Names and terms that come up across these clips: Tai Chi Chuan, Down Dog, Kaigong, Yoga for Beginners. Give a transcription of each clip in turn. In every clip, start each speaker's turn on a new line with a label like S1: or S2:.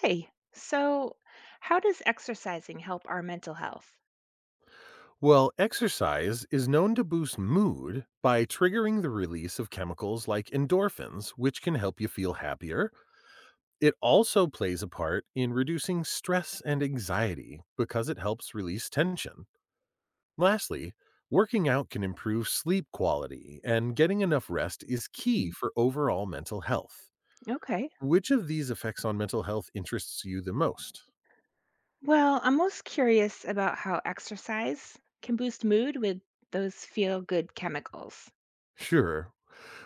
S1: Hey, so how does exercising help our mental health?
S2: Well, exercise is known to boost mood by triggering the release of chemicals like endorphins, which can help you feel happier. It also plays a part in reducing stress and anxiety because it helps release tension. Lastly, working out can improve sleep quality, and getting enough rest is key
S1: Mm.
S2: for overall mental health.
S1: Okay.
S2: Which of these effects on mental health interests you the most?
S1: Well, I'm most curious about how exercise can boost mood with those feel good chemicals.
S2: Sure.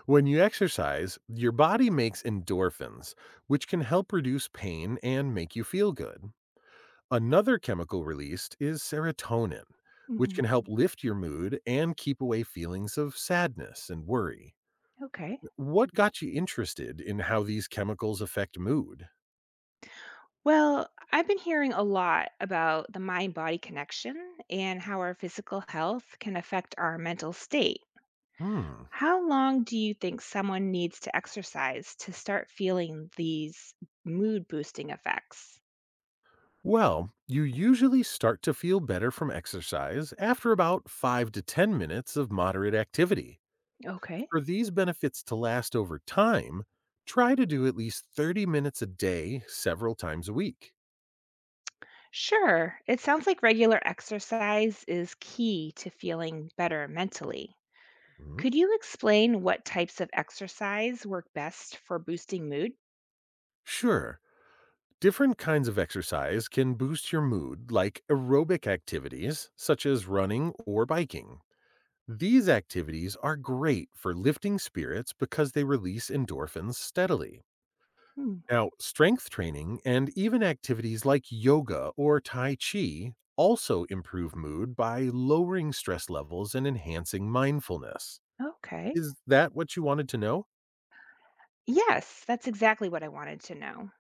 S2: When you exercise, your body makes endorphins, which can help reduce pain and make you feel good. Another chemical released is serotonin, which
S1: Mhm.
S2: can help lift your mood and keep away feelings of sadness and worry.
S1: Okay.
S2: What got you interested in how these chemicals affect mood?
S1: Well, I've been hearing a lot about the mind body connection and how our physical health can affect our mental state.
S2: Hmm.
S1: How long do you think someone needs to exercise to start feeling these mood boosting effects?
S2: Well, you usually start to feel better from exercise after about 5 to 10 minutes of moderate activity.
S1: Okay.
S2: For these benefits to last over time, try to do at least 30 minutes a day, several times a week.
S1: Sure, it sounds like regular exercise is key to feeling better mentally.
S2: Mhm.
S1: Could you explain what types of exercise work best for boosting mood?
S2: Sure, different kinds of exercise can boost your mood, like aerobic activities such as running or biking. These activities are great for lifting spirits because they release endorphins steadily.
S1: Hmm,
S2: Now, strength training and even activities like yoga or Tai Chi also improve mood by lowering stress levels and enhancing mindfulness.
S1: okay.
S2: Is that what you wanted to know?
S1: Yes, that's exactly what I wanted to know.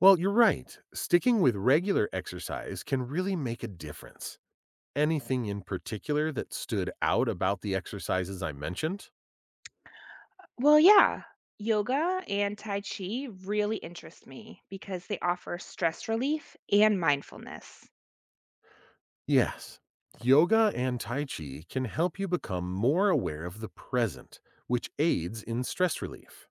S2: Well, you're right. Sticking with regular exercise can really make a difference. Anything in particular that stood out about the exercises I mentioned?
S1: Well, yeah, yoga and Tai Chi really interest me because they offer stress relief and mindfulness.
S2: Yes. Yoga and Tai Chi can help you become more aware of the present, which aids in stress relief.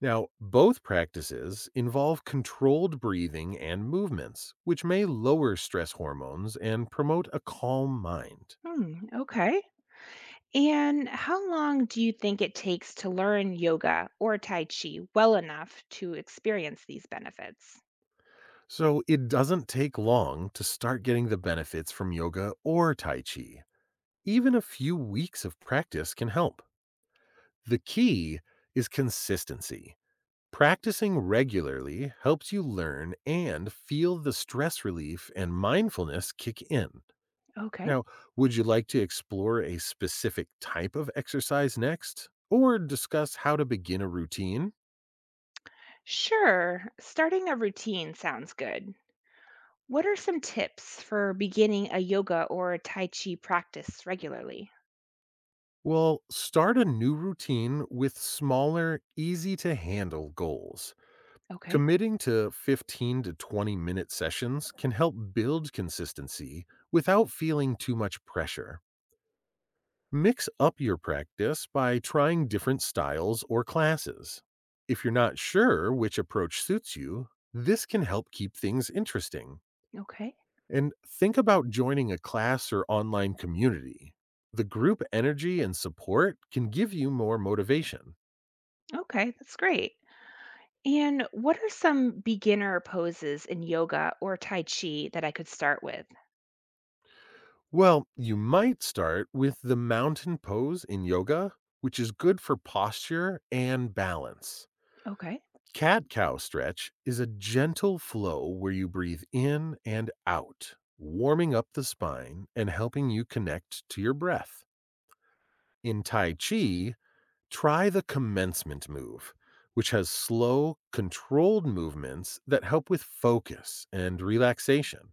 S2: Now, both practices involve controlled breathing and movements, which may lower stress hormones and promote a calm mind.
S1: Hmm, okay. And how long do you think it takes to learn yoga or Tai Chi well enough to experience these benefits?
S2: So, it doesn't take long to start getting the benefits from yoga or Tai Chi. Even a few weeks of practice can help. The key is consistency. Practicing regularly helps you learn and feel the stress relief and mindfulness kick in.
S1: Okay.
S2: Now, would you like to explore a specific type of exercise next or discuss how to begin a routine?
S1: Sure, starting a routine sounds good. What are some tips for beginning a yoga or Tai Chi practice regularly?
S2: Well, start a new routine with smaller, easy to handle goals.
S1: Okay.
S2: Committing to 15 to 20 minute sessions can help build consistency without feeling too much pressure. Mix up your practice by trying different styles or classes. If you're not sure which approach suits you, this can help keep things interesting.
S1: Okay.
S2: And think about joining a class or online community. The group energy and support can give you more motivation.
S1: Okay, that's great. And what are some beginner poses in yoga or Tai Chi that I could start with?
S2: Well, you might start with the mountain pose in yoga, which is good for posture and balance.
S1: Okay.
S2: Cat cow stretch is a gentle flow where you breathe in and out, warming up the spine and helping you connect to your breath. In Tai Chi, try the commencement move, which has slow, controlled movements that help with focus and relaxation.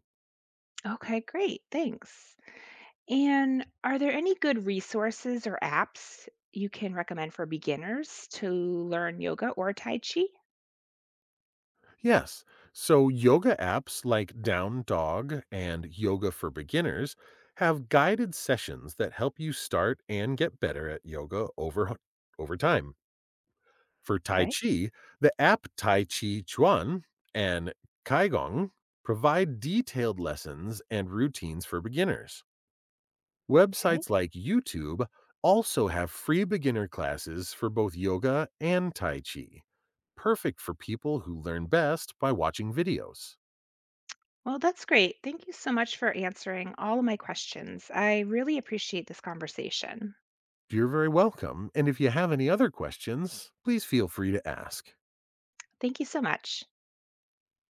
S1: Okay, great. Thanks. And are there any good resources or apps you can recommend for beginners to learn yoga or tai chi?
S2: Yes, so yoga apps like Down Dog and Yoga for Beginners have guided sessions that help you start and get better at yoga over time. For Tai
S1: Okay.
S2: Chi, the app Tai Chi Chuan and Kaigong provide detailed lessons and routines for beginners.
S1: Okay.
S2: Websites like YouTube also have free beginner classes for both yoga and Tai Chi, perfect for people who learn best by watching videos.
S1: Well, that's great. Thank you so much for answering all of my questions. I really appreciate this conversation.
S2: You're very welcome, and if you have any other questions, please feel free to ask.
S1: Thank you so much.